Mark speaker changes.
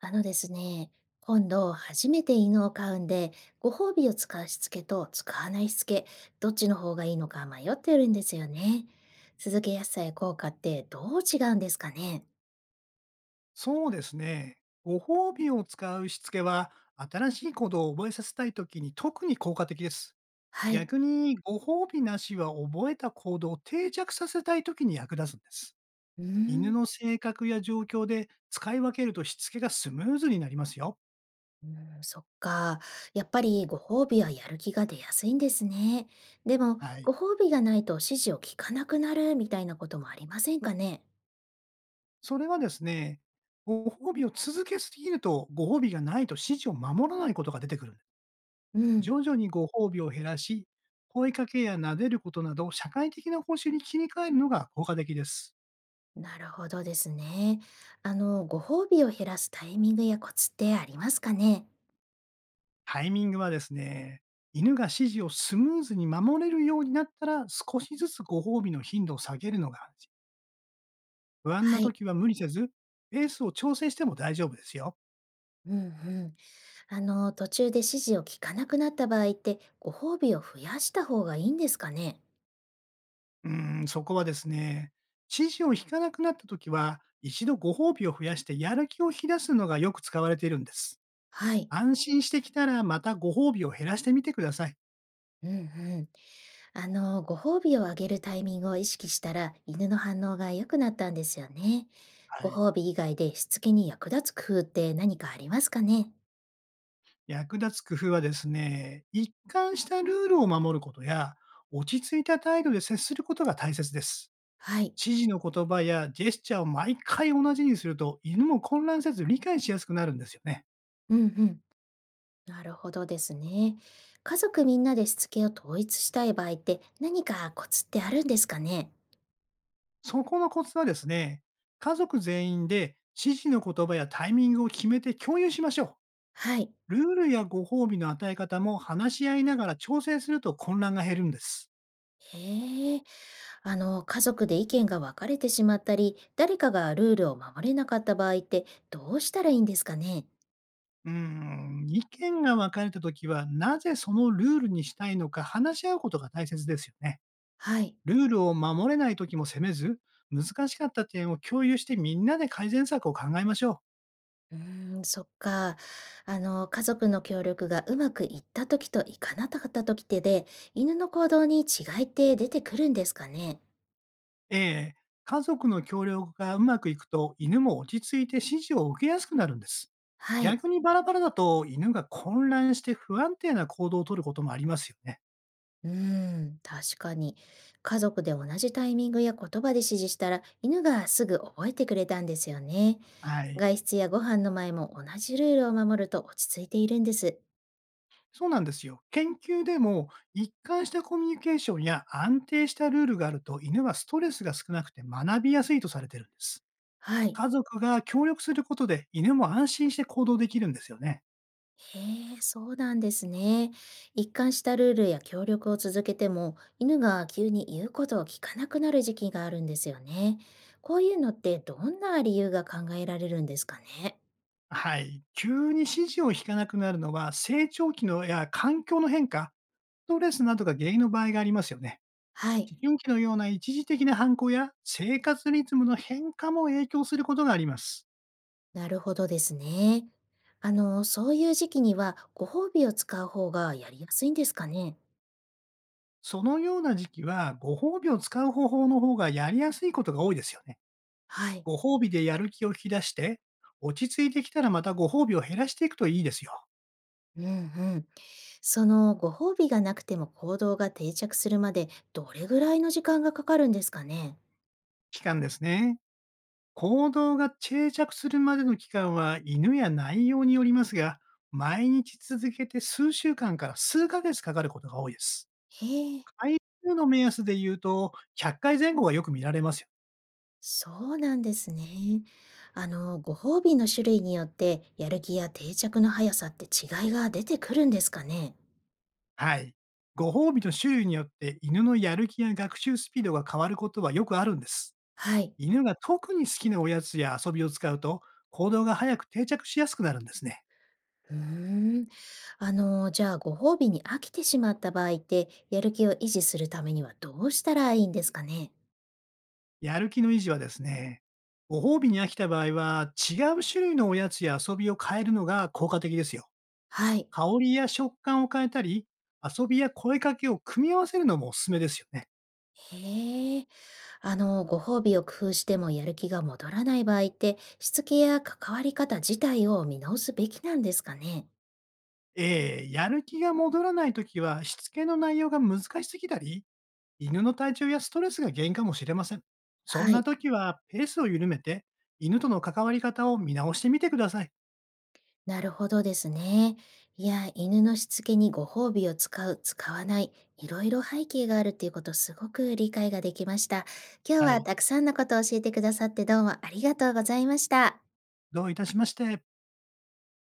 Speaker 1: あのですね、今度初めて犬を飼うんで、ご褒美を使うしつけと使わないしつけ、どっちの方がいいのか迷ってるんですよね。続けやすさや効果ってどう違うんですかね？
Speaker 2: そうですね。ご褒美を使うしつけは、新しいことを覚えさせたいときに特に効果的です。
Speaker 1: はい。
Speaker 2: 逆に、ご褒美なしは覚えた行動を定着させたいときに役立つんです。
Speaker 1: うー
Speaker 2: 犬
Speaker 1: ん。
Speaker 2: の性格や状況で使い分けるとしつけがスムーズになりますよ。
Speaker 1: うーん、そっか。やっぱりご褒美はやる気が出やすいんですね。でも、
Speaker 2: はい。
Speaker 1: ご褒美がないと指示を聞かなくなるみたいなこともありませんかね？
Speaker 2: それはですね、ご褒美を続けすぎると、ご褒美がないと指示を守らないことが出てくるんです。
Speaker 1: う
Speaker 2: 徐
Speaker 1: ん。
Speaker 2: 々にご褒美を減らし、声かけや撫でることなど、社会的な報酬に切り替えるのが効果的です。
Speaker 1: なるほどですね。あの、ご褒美を減らすタイミングやコツってありますかね？
Speaker 2: タイミングはですね、犬が指示をスムーズに守れるようになったら、少しずつご褒美の頻度を下げるのが安心。不安な
Speaker 1: はい。
Speaker 2: 時は無理せず、ペースを調整しても大丈夫ですよ。
Speaker 1: うんうん。あの、途中で指示を聞かなくなった場合って、ご褒美を増やした方がいいんですかね？
Speaker 2: そこはですね、指示を引かなくなった時は、一度ご褒美を増やしてやる気を引き出すのがよく使われているんです。
Speaker 1: はい。
Speaker 2: 安心してきたら、またご褒美を減らしてみてください。
Speaker 1: うんうん。あの、ご褒美をあげるタイミングを意識したら、犬の反応が良くなったんですよね。
Speaker 2: は
Speaker 1: ご
Speaker 2: い。
Speaker 1: 褒美以外でしつけに役立つ工夫って何かありますかね？
Speaker 2: 役立つ工夫はですね、一貫したルールを守ることや、落ち着いた態度で接することが大切です。
Speaker 1: はい。
Speaker 2: 指示の言葉やジェスチャーを毎回同じにすると、犬も混乱せず理解しやすくなるんですよね。
Speaker 1: うんうん。なるほどですね。家族みんなでしつけを統一したい場合って、何かコツってあるんですかね？
Speaker 2: そこのコツはですね、家族全員で指示の言葉やタイミングを決めて共有しましょ
Speaker 1: はい。
Speaker 2: う。ルールやご褒美の与え方も話し合いながら調整すると混乱が減るんです。
Speaker 1: へえ。あの、家族で意見が分かれてしまったり、誰かがルールを守れなかった場合ってどうしたらいいんですかね？
Speaker 2: 意見が分かれたときは、なぜそのルールにしたいのか話し合うことが大切ですよね。
Speaker 1: はい。
Speaker 2: ルールを守れないときも責めず、難しかった点を共有してみんなで改善策を考えましょう。
Speaker 1: うーん、そっか。あの、家族の協力がうまくいった時といかなかった時ってで、犬の行動に違いって出てくるんですかね？
Speaker 2: ええ、家族の協力がうまくいくと犬も落ち着いて指示を受けやすくなるんです。
Speaker 1: はい。
Speaker 2: 逆にバラバラだと犬が混乱して不安定な行動をとることもありますよね。
Speaker 1: うーん、確かに。家族で同じタイミングや言葉で指示したら、犬がすぐ覚えてくれたんですよね。
Speaker 2: はい。
Speaker 1: 外出やご飯の前も同じルールを守ると落ち着いているんです。
Speaker 2: そうなんですよ。研究でも、一貫したコミュニケーションや安定したルールがあると、犬はストレスが少なくて学びやすいとされてるんです。
Speaker 1: はい。
Speaker 2: 家族が協力することで、犬も安心して行動できるんですよね。
Speaker 1: へえ、そうなんですね。一貫したルールや協力を続けても、犬が急に言うことを聞かなくなる時期があるんですよね。こういうのってどんな理由が考えられるんですかね。
Speaker 2: はい。急に指示を引かなくなるのは、成長期のや環境の変化、ストレスなどが原因の場合がありますよね。
Speaker 1: はい、
Speaker 2: 思春期のような一時的な反抗や生活リズムの変化も影響することがあります。
Speaker 1: なるほどですね。あの、そういう時期にはご褒美を使う方がやりやすいんですかね。
Speaker 2: そのような時期は、ご褒美を使う方法の方がやりやすいことが多いですよね。
Speaker 1: はい。
Speaker 2: ご褒美でやる気を引き出して、落ち着いてきたらまたご褒美を減らしていくといいですよ。
Speaker 1: うんうん。そのご褒美がなくても行動が定着するまでどれぐらいの時間がかかるんですかね。
Speaker 2: 期間ですね。行動が定着するまでの期間は犬や内容によりますが、毎日続けて数週間から数ヶ月かかることが多いです。
Speaker 1: へえ。
Speaker 2: 回数の目安で言うと、100回前後がよく見られますよ。
Speaker 1: そうなんですね。あの、ご褒美の種類によってやる気や定着の速さって違いが出てくるんですかね？
Speaker 2: はい。ご褒美の種類によって犬のやる気や学習スピードが変わることはよくあるんです。
Speaker 1: はい。
Speaker 2: 犬が特に好きなおやつや遊びを使うと、行動が早く定着しやすくなるんですね。
Speaker 1: うーん。あの、じゃあご褒美に飽きてしまった場合ってやる気を維持するためにはどうしたらいいんですかね？
Speaker 2: やる気の維持はですね、ご褒美に飽きた場合は、違う種類のおやつや遊びを変えるのが効果的ですよ。
Speaker 1: はい。
Speaker 2: 香りや食感を変えたり、遊びや声かけを組み合わせるのもおすすめですよね。
Speaker 1: へえ。あの、ご褒美を工夫してもやる気が戻らない場合ってしつけや関わり方自体を見直すべきなんですかね？
Speaker 2: ええ、やる気が戻らないときは、しつけの内容が難しすぎたり、犬の体調やストレスが原因かもしれません。そん
Speaker 1: は
Speaker 2: な
Speaker 1: い。
Speaker 2: ときは、ペースを緩めて、犬との関わり方を見直してみてください。
Speaker 1: なるほどですね。いや、犬のしつけにご褒美を使う、使わない、いろいろ背景があるっていうこと、すごく理解ができました。今
Speaker 2: は
Speaker 1: 日は
Speaker 2: い。
Speaker 1: たくさんのことを教えてくださってどうもありがとうございました。
Speaker 2: どういたしまして。